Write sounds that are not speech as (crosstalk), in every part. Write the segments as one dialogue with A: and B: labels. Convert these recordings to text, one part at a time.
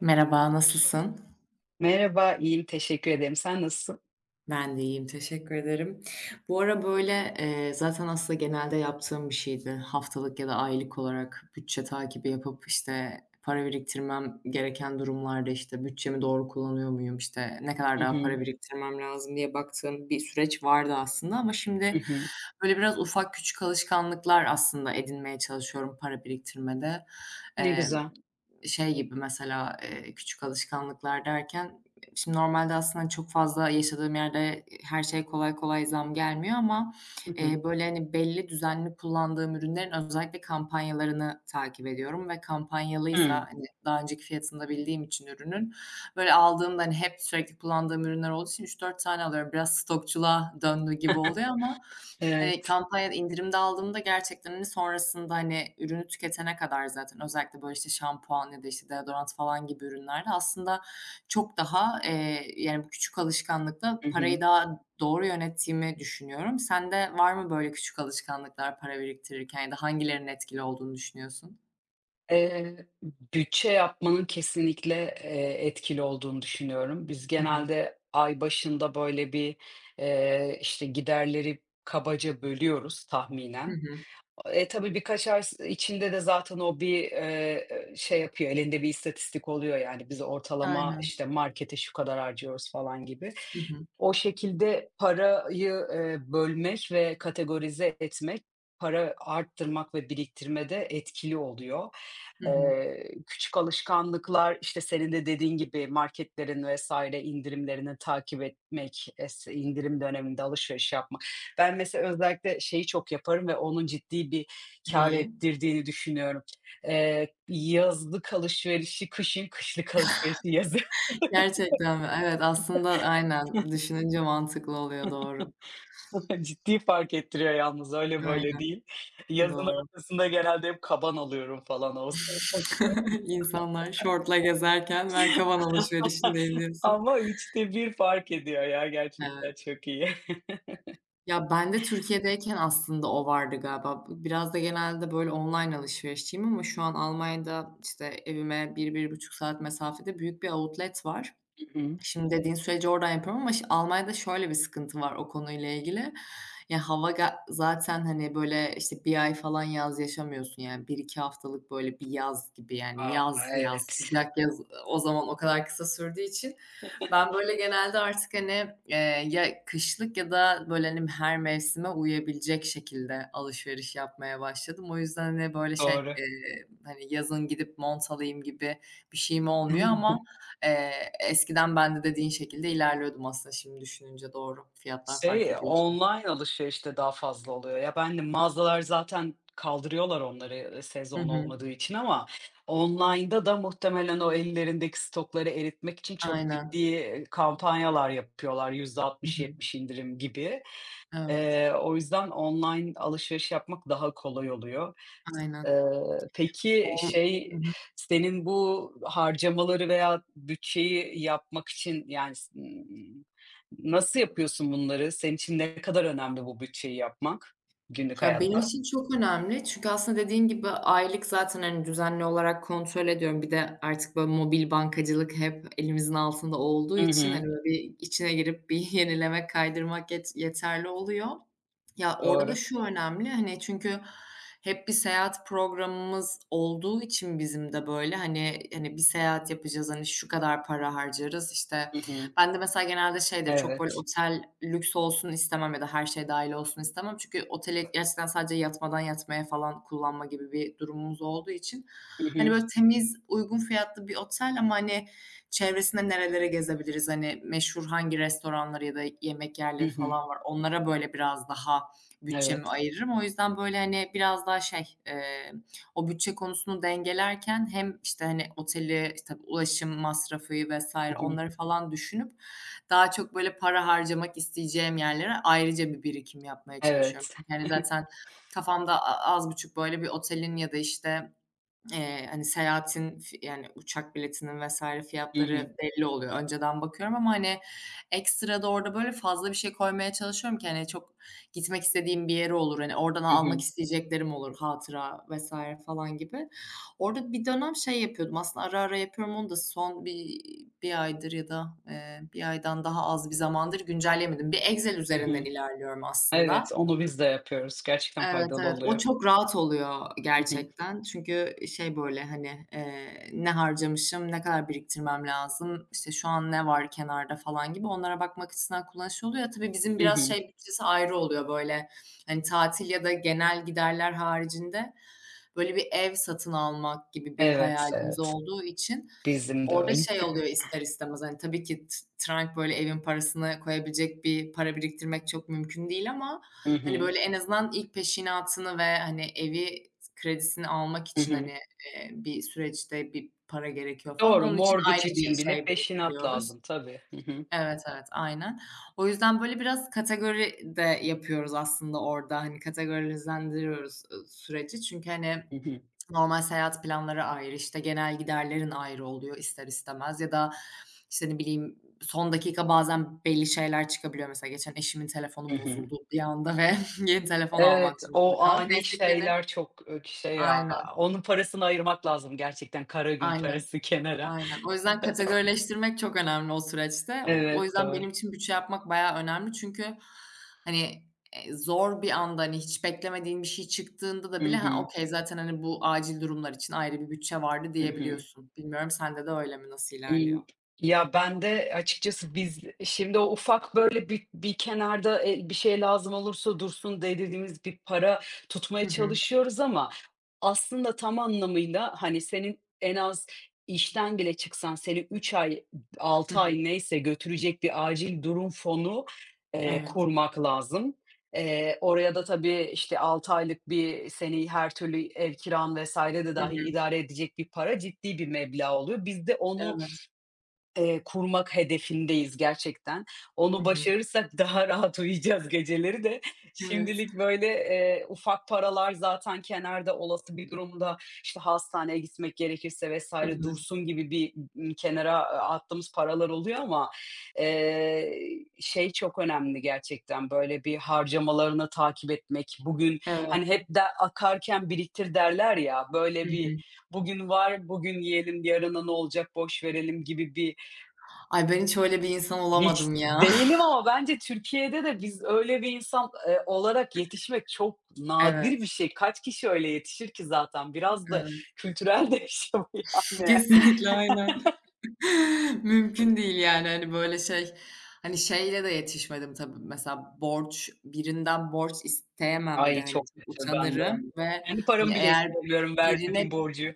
A: Merhaba, nasılsın?
B: Merhaba, iyiyim, teşekkür ederim. Sen nasılsın?
A: Ben de iyiyim, teşekkür ederim. Bu ara, böyle, zaten aslında genelde yaptığım bir şeydi. Haftalık ya da aylık olarak bütçe takibi yapıp, işte, para biriktirmem gereken durumlarda, işte, bütçemi doğru kullanıyor muyum, işte, ne kadar
B: Hı
A: daha para
B: hı.
A: biriktirmem lazım diye baktığım bir süreç vardı aslında ama
B: Hı
A: şimdi,
B: hı.
A: böyle, biraz ufak küçük alışkanlıklar aslında edinmeye çalışıyorum para biriktirmede.
B: Ne
A: Eee,
B: güzel.
A: şey gibi mesela, küçük alışkanlıklar derken, şimdi normalde aslında çok fazla yaşadığım yerde her şeye kolay kolay zam gelmiyor ama,
B: Hı hı.
A: böyle, hani, belli düzenli kullandığım ürünlerin özellikle kampanyalarını takip ediyorum ve kampanyalıysa,
B: Hıı.
A: hani, daha önceki fiyatını da bildiğim için ürünün, böyle, aldığımda, hani, hep sürekli kullandığım ürünler olduğu için üç dört tane alıyorum. Biraz stokçuluğa döndü gibi
B: (laughs)
A: oluyor ama.
B: Evet.
A: Kampanyada indirimde aldığımda gerçekten, hani, sonrasında, hani, ürünü tüketene kadar zaten özellikle, böyle, işte, şampuan ya da, işte, deodorant falan gibi ürünlerde aslında çok daha, yani, bu küçük alışkanlıkla
B: Hı
A: parayı
B: hı.
A: daha doğru yönettiğimi düşünüyorum. Sende var mı böyle küçük alışkanlıklar para biriktirirken ya da hangilerinin etkili olduğunu düşünüyorsun?
B: Eee, bütçe yapmanın kesinlikle, etkili olduğunu düşünüyorum. Biz
A: Hı hı.
B: genelde ay başında böyle bir, işte, giderleri kabaca bölüyoruz
A: Hı
B: tahminen.
A: hı.
B: Tabii birkaç ay içinde de zaten o bir, şey yapıyor, elinde bir istatistik oluyor yani biz ortalama,
A: Aynen.
B: işte, markete şu kadar harcıyoruz falan gibi.
A: Hı hı.
B: O şekilde parayı, bölmek ve kategorize etmek, para arttırmak ve biriktirmede etkili oluyor.
A: Hı hı.
B: Küçük alışkanlıklar, işte, senin de dediğin gibi marketlerin vesaire indirimlerini takip etmek, indirim döneminde alışveriş yapmak ben mesela özellikle şeyi çok yaparım ve onun ciddi bir kâr
A: Neyi?
B: ettirdiğini düşünüyorum. Yazlık alışverişi kışın, kışlık alışverişi yazın.
A: Gerçekten mi? Evet, aslında aynen. Düşününce mantıklı oluyor, doğru.
B: (laughs) Ciddi fark ettiriyor yalnız, öyle böyle
A: Aynen,
B: değil. Yazın
A: doğru.
B: ortasında genelde hep kaban alıyorum falan Ağustos'ta. (laughs)
A: (laughs) İnsanlar şortla gezerken ben kavan alışverişindeyim diyorsun.
B: Ama üçte bir fark ediyor ya, gerçekten
A: Evet.
B: çok iyi.
A: Ya, ben de Türkiye'deyken aslında o vardı galiba. Biraz da genelde böyle online alışverişçiyim ama şu an Almanya'da, işte, evime bir bir buçuk saat mesafede büyük bir outlet var.
B: Hı hı.
A: Şimdi dediğin süreci oradan yapıyorum ama Almanya'da şöyle bir sıkıntı var o konuyla ilgili. Ya, hava zaten, hani, böyle, işte, bir ay falan yaz yaşamıyorsun, yani, bir iki haftalık, böyle, bir yaz gibi, yani,
B: A!
A: yaz yaz,
B: Evet.
A: sıcak yaz, o zaman o kadar kısa sürdüğü için ben, böyle, genelde artık, hani, ya kışlık ya da, böyle, hani, her mevsime uyabilecek şekilde alışveriş yapmaya başladım. O yüzden, hani, böyle, şey,
B: Doğru.
A: hani, yazın gidip mont alayım gibi bir şeyim olmuyor ama.
B: (laughs)
A: Eskiden ben de dediğin şekilde ilerliyordum aslında şimdi düşününce doğru. Fiyatlar fark
B: Şey,
A: ediyor çünkü.
B: online alışverişte daha fazla oluyor. Ya, ben de mağazalar zaten kaldırıyorlar onları,
A: Hı
B: sezon
A: hı.
B: olmadığı için ama online'da da muhtemelen o ellerindeki stokları eritmek için çok ciddi,
A: Aynen.
B: kampanyalar yapıyorlar, yüzde
A: Hı
B: altmış
A: hı.
B: yetmiş indirim gibi.
A: Evet,
B: O yüzden online alışveriş yapmak daha kolay oluyor.
A: aynen.
B: Eee, peki,
A: O. Hı
B: şey,
A: hı.
B: senin bu harcamaları veya bütçeyi yapmak için, yani, s nasıl yapıyorsun bunları? Senin için ne kadar önemli bu bütçeyi yapmak günlük
A: Ya, benim
B: hayatta?
A: için çok önemli çünkü aslında dediğin gibi aylık zaten, hani, düzenli olarak kontrol ediyorum. Bir de artık böyle mobil bankacılık hep elimizin altında olduğu
B: Hı
A: için, hani,
B: hı.
A: böyle bir içine girip bir (laughs) yenilemek, kaydırmak yeterli oluyor. Ya, orada da
B: Doğru.
A: şu önemli, hani, çünkü hep bir seyahat programımız olduğu için bizim de böyle, hani, bir seyahat yapacağız, hani, şu kadar para harcarız, işte
B: Hı hı.
A: ben de mesela genelde şeydir, çok böyle
B: Evet.
A: otel lüks olsun istemem ya da her şey dâhil olsun istemem. Çünkü oteli gerçekten sadece yatmadan yatmaya falan kullanma gibi bir durumumuz olduğu için,
B: Hı
A: hani,
B: hı.
A: böyle temiz, uygun fiyatlı bir otel ama, hani, çevresinde nerelere gezebiliriz, hani, meşhur hangi restoranları ya da yemek
B: Hı
A: yerleri
B: hı.
A: falan var, onlara böyle biraz daha bütçemi
B: Evet.
A: ayırırım. O yüzden böyle, hani, biraz daha şey, o bütçe konusunu dengelerken hem, işte, hani, oteli, işte, ulaşım masrafı
B: Hı
A: vesaire
B: hı.
A: onları falan düşünüp daha çok, böyle, para harcamak isteyeceğim yerlere ayrıca bir birikim yapmaya çalışıyorum.
B: Evet.
A: Çünkü, hani,
B: (laughs)
A: zaten kafamda az buçuk, böyle, bir otelin ya da, işte, hani, seyahatin yani, uçak biletinin vs.
B: Hı hı.
A: fiyatları belli oluyor. Önceden bakıyorum ama, hani, ekstra da orada, böyle, fazla bir şey koymaya çalışıyorum ki, hani, çok gitmek istediğim bir yeri olur, hani, oradan
B: Hı
A: almak
B: hı.
A: isteyeceklerim olur, hatıra vs. falan gibi. Orada bir dönem şey yapıyordum, aslında ara ara yapıyorum onu da son bir aydır ya da, 1 aydan daha az bir zamandır güncellemedim. Bir Excel
B: Hı
A: üzerinden
B: hı.
A: ilerliyorum aslında.
B: Evet, onu biz de yapıyoruz. Gerçekten
A: Evet,
B: faydalı
A: evet. O
B: oluyor.
A: çok rahat oluyor
B: Hı hı.
A: gerçekten. Çünkü şey, böyle, hani, ne harcamışım, ne kadar biriktirmem lazım, işte, şu an ne var kenarda falan gibi onlara bakmak açısından kullanışlı oluyor. Ya, tabii bizim
B: Hı
A: biraz
B: hı.
A: şey bütçesi ayrı oluyor, böyle, hani, tatil ya da genel giderler haricinde, böyle, bir ev satın almak gibi bir
B: Evet,
A: hayalimiz
B: evet.
A: olduğu için.
B: Bizim de
A: Orada
B: öyle.
A: şey oluyor ister istemez, hani, tabii ki t trank böyle evin parasını koyabilecek bir para biriktirmek çok mümkün değil ama,
B: Hı
A: hani,
B: hı.
A: böyle en azından ilk peşinatını ve, hani, evi kredisini almak
B: Hı
A: için, hani,
B: hı.
A: bir süreçte bir para gerekiyor falan.
B: Doğru,
A: Onun için ayrı
B: mortgage
A: bir
B: için bile
A: şey
B: peşinat
A: biriktiriyoruz.
B: lazım tabii. Hı hı.
A: Evet, evet, aynen. O yüzden böyle biraz kategori de yapıyoruz aslında orada, hani, kategorilendiriyoruz, süreci. Çünkü, hani,
B: Hı hı.
A: normal seyahat planları ayrı, işte, genel giderlerin ayrı oluyor ister istemez ya da, işte, ne bileyim, son dakika bazen belli şeyler çıkabiliyor. Mesela geçen eşimin telefonu
B: Hı hı.
A: bozuldu bir anda ve (laughs) yeni telefon almak
B: Evet,
A: durumunda
B: o
A: kaldık.
B: ani
A: Neyse ki, hani.
B: şeyler çok, şey
A: Aynen,
B: ya, onun parasını ayırmak lazım gerçekten, kara gün
A: aynen.
B: parası (laughs) kenara.
A: Aynen. O yüzden kategorileştirmek çok önemli o süreçte. O
B: Evet,
A: yüzden
B: doğru.
A: benim için bütçe yapmak bayağı önemli. Çünkü, hani, zor bir anda, hani, hiç beklemediğin bir şey çıktığında da
B: Hı
A: bile, "Ha,
B: hı.
A: okay, zaten, hani, bu acil durumlar için ayrı bir bütçe vardı."
B: Hı hı.
A: diyebiliyorsun. Bilmiyorum sende de öyle mi? Nasıl ilerliyor?
B: İii, ya, ben de açıkçası biz şimdi o ufak, böyle, bir kenarda, bir şey lazım olursa dursun de dediğimiz bir para
A: Hı
B: tutmaya
A: hı.
B: çalışıyoruz ama aslında tam anlamıyla, hani, senin en az işten bile çıksan seni 3 ay,
A: Hı
B: altı
A: hı.
B: ay neyse götürecek bir acil durum fonu,
A: Evet.
B: kurmak lazım. Oraya da tabii, işte, 6 aylık bir seni her türlü ev kiran vs. de
A: Hı
B: dâhil
A: hı.
B: idare edecek bir para, ciddi bir meblağ oluyor. Biz de onu
A: Evet.
B: Kurmak hedefindeyiz gerçekten.
A: Hı
B: Onu
A: hı.
B: başarırsak (laughs) daha rahat uyuyacağız geceleri de.
A: Evet.
B: Şimdilik böyle, ufak paralar zaten kenarda olası bir durumda, işte, hastaneye gitmek gerekirse
A: Hı
B: vesaire
A: hı.
B: dursun gibi bir, kenara, attığımız paralar oluyor ama, eee, şey çok önemli gerçekten, böyle bir harcamalarını takip etmek. Bugün, hani,
A: Evet.
B: hep de "Akarken biriktir." derler ya,
A: Hı
B: böyle bir
A: hı.
B: bugün var, bugün yiyelim, yarına ne olacak boş verelim gibi bir
A: Ay, ben hiç öyle bir insan
B: hiç
A: olamadım ya.
B: değilim
A: (laughs)
B: ama bence Türkiye'de de biz öyle bir insan, olarak yetişmek çok nadir bir
A: Evet,
B: şey. Kaç kişi öyle yetişir ki zaten? Biraz da
A: evet.
B: kültürel (laughs) de bir şey bu yani.
A: Kesinlikle, aynen. (laughs) Mümkün değil yani, hani, böyle şey, hani, şeyle de yetişmedim tabii. Mesela borç birinden borç isteyemem de,
B: Ay,
A: hani,
B: çok
A: çok
B: kötü bende.
A: utanırım ve,
B: Kendi
A: hani,
B: paramı bile
A: eğer
B: istemiyorum,
A: birine
B: verdiğim borcu.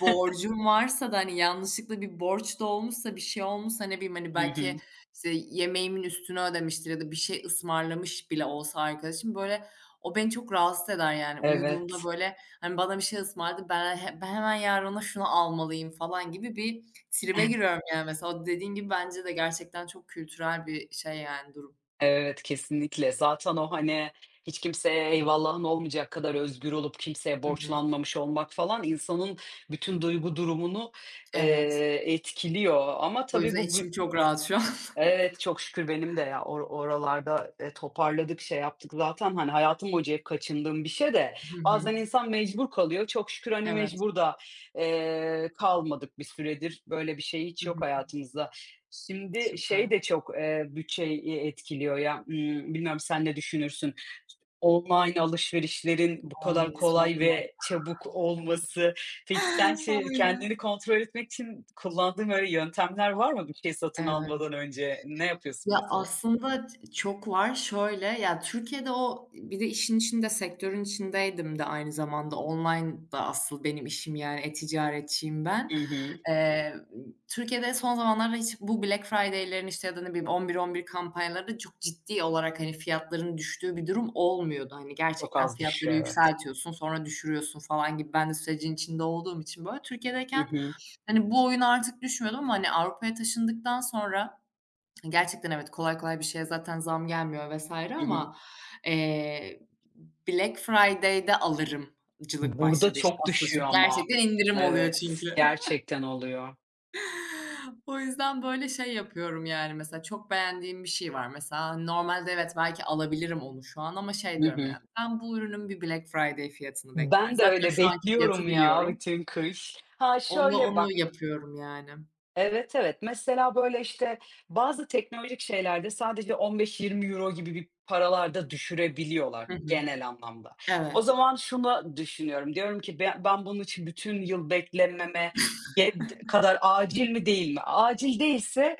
A: borcum varsa da, hani, yanlışlıkla bir borç da olmuşsa, bir şey olmuşsa, ne bileyim, hani,
B: Hı hı.
A: belki, işte, yemeğimin üstünü ödemiştir ya da bir şey ısmarlamış bile olsa arkadaşım, böyle, o beni çok rahatsız eder, yani. Uyuduğumda,
B: Evet.
A: böyle, hani, bana bir şey ısmarladı, ben ben hemen yarın ona şunu almalıyım falan gibi bir tribe
B: (laughs)
A: giriyorum, yani, mesela. O dediğin gibi bence de gerçekten çok kültürel bir şey, yani, durum.
B: Evet, kesinlikle. Zaten o, hani, hiç kimseye eyvallahın olmayacak kadar özgür olup kimseye
A: Hı hı.
B: borçlanmamış olmak falan insanın bütün duygu durumunu,
A: Evet.
B: etkiliyor ama
A: O
B: tabii
A: yüzden
B: bu
A: içim çok rahat şu an. (laughs)
B: Evet, çok şükür benim de ya oralarda, toparladık, şey yaptık zaten, hani, hayatım boyunca hep kaçındığım bir şey de
A: Hı hı.
B: bazen insan mecbur kalıyor. Çok şükür, hani,
A: Evet.
B: mecbur da, kalmadık bir süredir. Böyle bir şey
A: Hı
B: hiç yok
A: hı.
B: hayatımızda. Şimdi
A: Süper.
B: şey de çok, bütçeyi etkiliyor ya, bilmiyorum sen ne düşünürsün? Online alışverişlerin bu kadar
A: Ay,
B: kolay
A: sorma.
B: ve çabuk olması. Peki sen şey,
A: Aynen.
B: kendini kontrol etmek için kullandığın böyle yöntemler var mı bir şey satın
A: Evet.
B: almadan önce? Ne yapıyorsun
A: Ya,
B: mesela?
A: aslında çok var. Şöyle, ya, Türkiye'de o bir de işin içinde, sektörün içindeydim de aynı zamanda. Online da asıl benim işim, yani, e-ticaretçiyim ben.
B: Hı hı.
A: Eee, Türkiye'de son zamanlarda hiç bu Black Friday'lerin, işte, ya da ne bileyim 11.11 kampanyaları çok ciddi olarak, hani, fiyatların düştüğü bir durum olmuyordu. Hani,
B: Çok
A: gerçekten
B: az
A: fiyatları
B: düşüyor, evet.
A: yükseltiyorsun, sonra düşürüyorsun falan gibi. Ben de sürecin içinde olduğum için böyle
B: Hı
A: Türkiye'deyken,
B: hı.
A: hani, bu oyun artık düşmüyordum ama, hani, Avrupa'ya taşındıktan sonra. Gerçekten evet, kolay kolay bir şeye zaten zam gelmiyor vesaire
B: Hı hı.
A: ama, eee, Black Friday'de alırımcılık
B: Burada
A: başladı işte
B: çok
A: aslında
B: düşüyor
A: çünkü
B: ama.
A: gerçekten indirim oluyor
B: Evet,
A: çünkü.
B: gerçekten oluyor.
A: (laughs) O yüzden böyle şey yapıyorum yani mesela çok beğendiğim bir şey var mesela normalde evet belki alabilirim onu şu an ama şey
B: Hı
A: diyorum
B: hı.
A: yani ben bu ürünün bir Black Friday fiyatını bekliyorum.
B: Ben de
A: Zaten
B: öyle
A: şu anki fiyatı
B: bekliyorum ya
A: biliyorum.
B: bütün kış. Ha,
A: Onu
B: şöyle
A: onu
B: bak.
A: yapıyorum yani.
B: Evet, evet. Mesela, böyle, işte, bazı teknolojik şeylerde sadece €15 euro gibi bir paralarda düşürebiliyorlar
A: Hı hı.
B: genel anlamda. O
A: Evet,
B: zaman şunu düşünüyorum, diyorum ki ben bunun için bütün yıl beklememe ge kadar acil mi değil mi? Acil değilse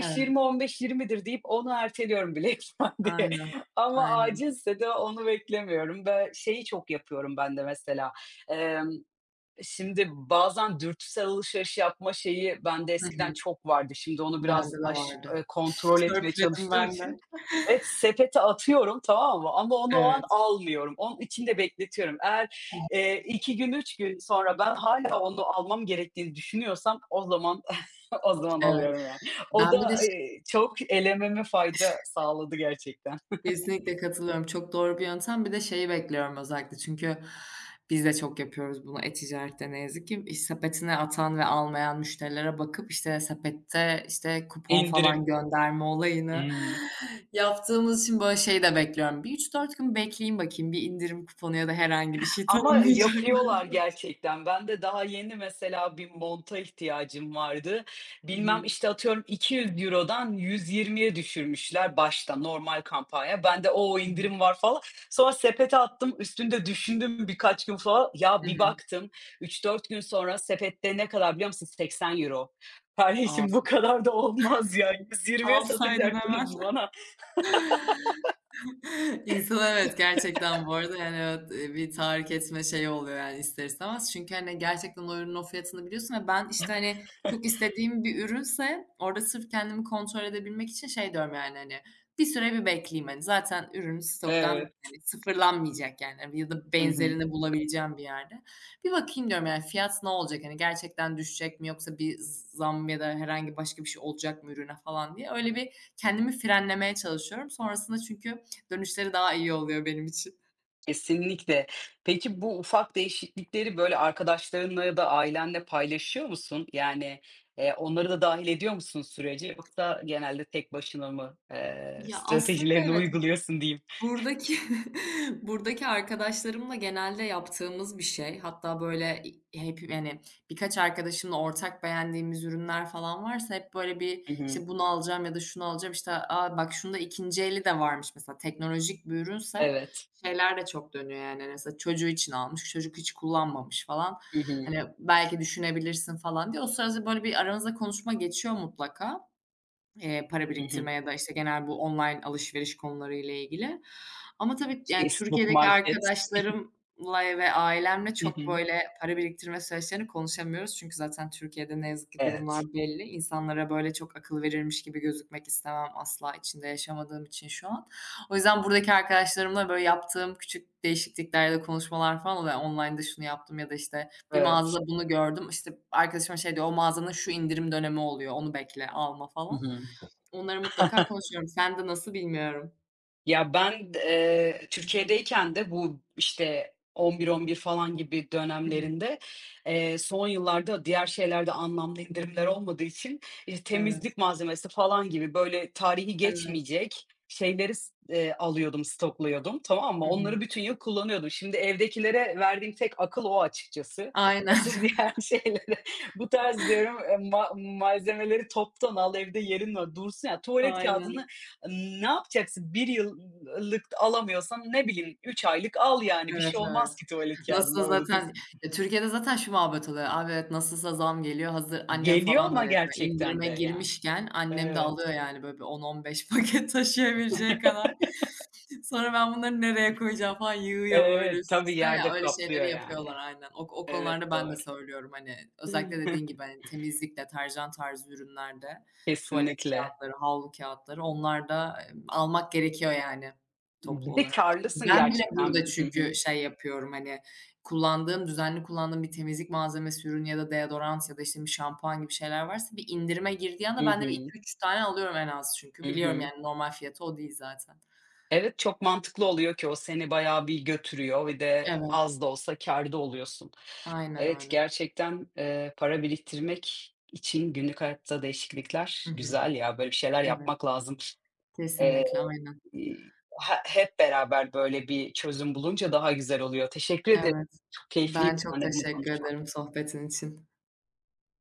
A: evet.
B: 15-20'dir deyip onu erteliyorum bile ifadeye.
A: Aynen,
B: (laughs) Ama
A: aynen.
B: acilse de onu beklemiyorum ve şeyi çok yapıyorum ben de mesela, şimdi bazen dürtüsel alışveriş yapma şeyi bende
A: Hı
B: eskiden
A: hı.
B: çok vardı. Şimdi onu biraz
A: Bende de vardı.
B: kontrol etmeye
A: Törpüledim
B: çalıştığım
A: ben
B: için
A: de.
B: evet, sepete atıyorum, tamam mı? Ama onu o an
A: Evet.
B: almıyorum. Onun içinde bekletiyorum. Eğer,
A: Hı hı,
B: 2 gün, 3 gün sonra ben hala onu almam gerektiğini düşünüyorsam o zaman (laughs) o zaman
A: evet.
B: alıyorum yani. O
A: Ben bir de
B: da, çok elememe fayda sağladı gerçekten.
A: kesinlikle katılıyorum. Çok doğru bir yöntem. Bir de şeyi bekliyorum özellikle çünkü biz de çok yapıyoruz bunu e-ticarette ne yazık ki. İş sepetine atan ve almayan müşterilere bakıp, işte, sepette, işte, kupon falan
B: İndirim.
A: gönderme olayını
B: Hıı.
A: yaptığımız için, böyle, şeyi de bekliyorum. Bir üç dört gün bekleyeyim bakayım bir indirim kuponu ya da herhangi bir şey (laughs)
B: Ama
A: tanımlayacaklar.
B: yapıyorlar gerçekten. Ben de daha yeni mesela bir monta ihtiyacım vardı.
A: Hı
B: Bilmem,
A: hı.
B: işte, atıyorum 200 eurodan 120'ye düşürmüşler başta normal kampanya. Ben de, "O,
A: Hı hı.
B: indirim var." falan. Sonra sepete attım, üstünde düşündüm birkaç gün falan. Ya,
A: Hı
B: bir
A: hı.
B: baktım, üç dört gün sonra sepette ne kadar biliyor musun? €80. Kardeşim, bu
A: Alsa
B: kadar da olmaz ya. 120'ye
A: alsaydın
B: satacaktınız bana.
A: hemen. (laughs) İnsanı evet, gerçekten bu arada, yani, evet, bir tahrik etme şeyi oluyor, yani, ister istemez. Çünkü, hani, gerçekten o ürünün o fiyatını biliyorsun ve ben, işte, hani, çok
B: (laughs)
A: istediğim bir ürünse orada sırf kendimi kontrol edebilmek için şey diyorum, yani, hani, "Bir süre bir bekleyeyim." Hani, zaten ürün stoktan,
B: Evet.
A: hani, sıfırlanmayacak, yani, hani, ya da
B: Hı hı.
A: benzerini bulabileceğim bir yerde. "Bir bakayım." diyorum, yani, "Fiyat ne olacak? Hani, gerçekten düşecek mi yoksa bir zam ya da herhangi başka bir şey olacak mı ürüne?" falan diye. Öyle bir kendimi frenlemeye çalışıyorum. Sonrasında çünkü dönüşleri daha iyi oluyor benim için.
B: Kesinlikle. Peki bu ufak değişiklikleri, böyle, arkadaşlarınla ya da ailenle paylaşıyor musun? Yani, onları da dâhil ediyor musun sürece, yoksa genelde tek başına mı,
A: Ya, aslında
B: stratejilerini
A: evet,
B: uyguluyorsun diyeyim?
A: buradaki (laughs) buradaki arkadaşlarımla genelde yaptığımız bir şey. Hatta, böyle, hep, yani birkaç arkadaşımla ortak beğendiğimiz ürünler falan varsa hep, böyle, bir,
B: Hı hı.
A: işte, "Bunu alacağım ya da şunu alacağım." İşte, "Aa bak şunda 2'nci eli de varmış." mesela teknolojik bir ürünse
B: Evet.
A: şeyler de çok dönüyor, yani, hani, mesela çocuğu için almış, çocuk hiç kullanmamış falan.
B: Hı hı.
A: Hani, belki düşünebilirsin falan diye. O sırada, böyle, bir aranızda konuşma geçiyor mutlaka. Para
B: Hı
A: biriktirme
B: hı.
A: ya da, işte, genel bu online alışveriş konuları ile ilgili. Ama tabii, yani,
B: Facebook
A: Türkiye'deki
B: Market.
A: arkadaşlarımla ve ailemle
B: Hı
A: çok,
B: hı.
A: böyle, para biriktirme süreçlerini konuşamıyoruz. Çünkü zaten Türkiye'de ne yazık ki durumlar
B: Evet.
A: belli. İnsanlara, böyle, çok akıl verirmiş gibi gözükmek istemem asla, içinde yaşamadığım için şu an. O yüzden buradaki arkadaşlarımla, böyle, yaptığım küçük değişiklikler ya da konuşmalar falan oluyor. Yani, online'da şunu yaptım ya da, işte, bir
B: Evet.
A: mağazada bunu gördüm. İşte, arkadaşıma şey diyor, "O mağazanın şu indirim dönemi oluyor, onu bekle, alma."
B: Hı
A: falan.
B: hı.
A: Onları mutlaka
B: (laughs)
A: konuşuyorum. Sende nasıl bilmiyorum.
B: Ya ben Türkiye'deyken de bu işte 11-11 falan gibi
A: Hı hı.
B: dönemlerinde son yıllarda diğer şeylerde anlamlı indirimler olmadığı için işte
A: Evet,
B: temizlik malzemesi falan gibi böyle tarihi
A: evet.
B: geçmeyecek şeyleri alıyordum, stokluyordum, tamam mı?
A: Hı hı.
B: Onları bütün yıl kullanıyordum. Şimdi evdekilere verdiğim tek akıl o açıkçası.
A: Aynen.
B: Yoksa (laughs) diğer
A: (laughs)
B: şeylere bu tarz diyorum, malzemeleri toptan al, evde yerin var dursun ya. Tuvalet
A: Aynen.
B: kağıdını ne yapacaksın? 1 yıllık alamıyorsan ne bileyim 3 aylık al yani. Bir
A: Evet,
B: şey
A: evet.
B: olmaz ki tuvalet kâğıdına
A: Nasıl
B: orada düz
A: zaten ya, Türkiye'de zaten şu muhabbet oluyor, "Abi, evet, nasılsa zam geliyor." Hazır annem
B: geliyor
A: falan da
B: ama
A: öyle yapıyor.
B: gerçekten
A: İndirime
B: de yani.
A: girmişken annem de
B: Evet.
A: alıyor yani böyle bir 10-15 (laughs) paket taşıyabileceği kadar. Sonra ben bunları nereye koyacağım falan yığıyor böyle
B: Evet,
A: üst
B: tabii
A: üste. Ya,
B: yerde
A: öyle
B: kaplıyor
A: şeyleri
B: yani.
A: yapıyorlar aynen. O
B: Evet,
A: konularda ben de
B: doğru.
A: söylüyorum, hani, özellikle dediğin
B: (laughs)
A: gibi, hani, temizlik, deterjan tarzı ürünlerde tuvalet
B: Kesinlikle.
A: kağıtları, havlu kâğıtları onlarda, almak gerekiyor yani toplu
B: Bir de
A: olarak.
B: kârlısın
A: Ben bile
B: gerçekten.
A: burada
B: Hı
A: çünkü
B: hı.
A: şey yapıyorum, hani, kullandığım, düzenli kullandığım bir temizlik malzemesi ürünü ya da deodorant ya da, işte, bir şampuan gibi şeyler varsa bir indirime girdiği anda
B: Hı
A: ben de bir
B: hı.
A: iki üç tane alıyorum en az çünkü
B: Hı
A: biliyorum
B: hı.
A: yani normal fiyatı o değil zaten.
B: Evet, çok mantıklı oluyor ki o seni bayağı bir götürüyor. Ve de
A: Evet.
B: az da olsa kârda oluyorsun.
A: Aynen
B: Evet,
A: öyle.
B: gerçekten, para biriktirmek için günlük hayatta
A: Hı
B: değişiklikler
A: hı.
B: güzel ya, böyle bir şeyler
A: Evet,
B: yapmak lazım. Eee,
A: kesinlikle, aynen.
B: iii, he hep beraber böyle bir çözüm bulunca daha güzel oluyor. Teşekkür ederim.
A: Evet.
B: Çok
A: Ben
B: keyifliydi
A: çok
B: seninle bunu konuş
A: teşekkür ederim sohbetin için.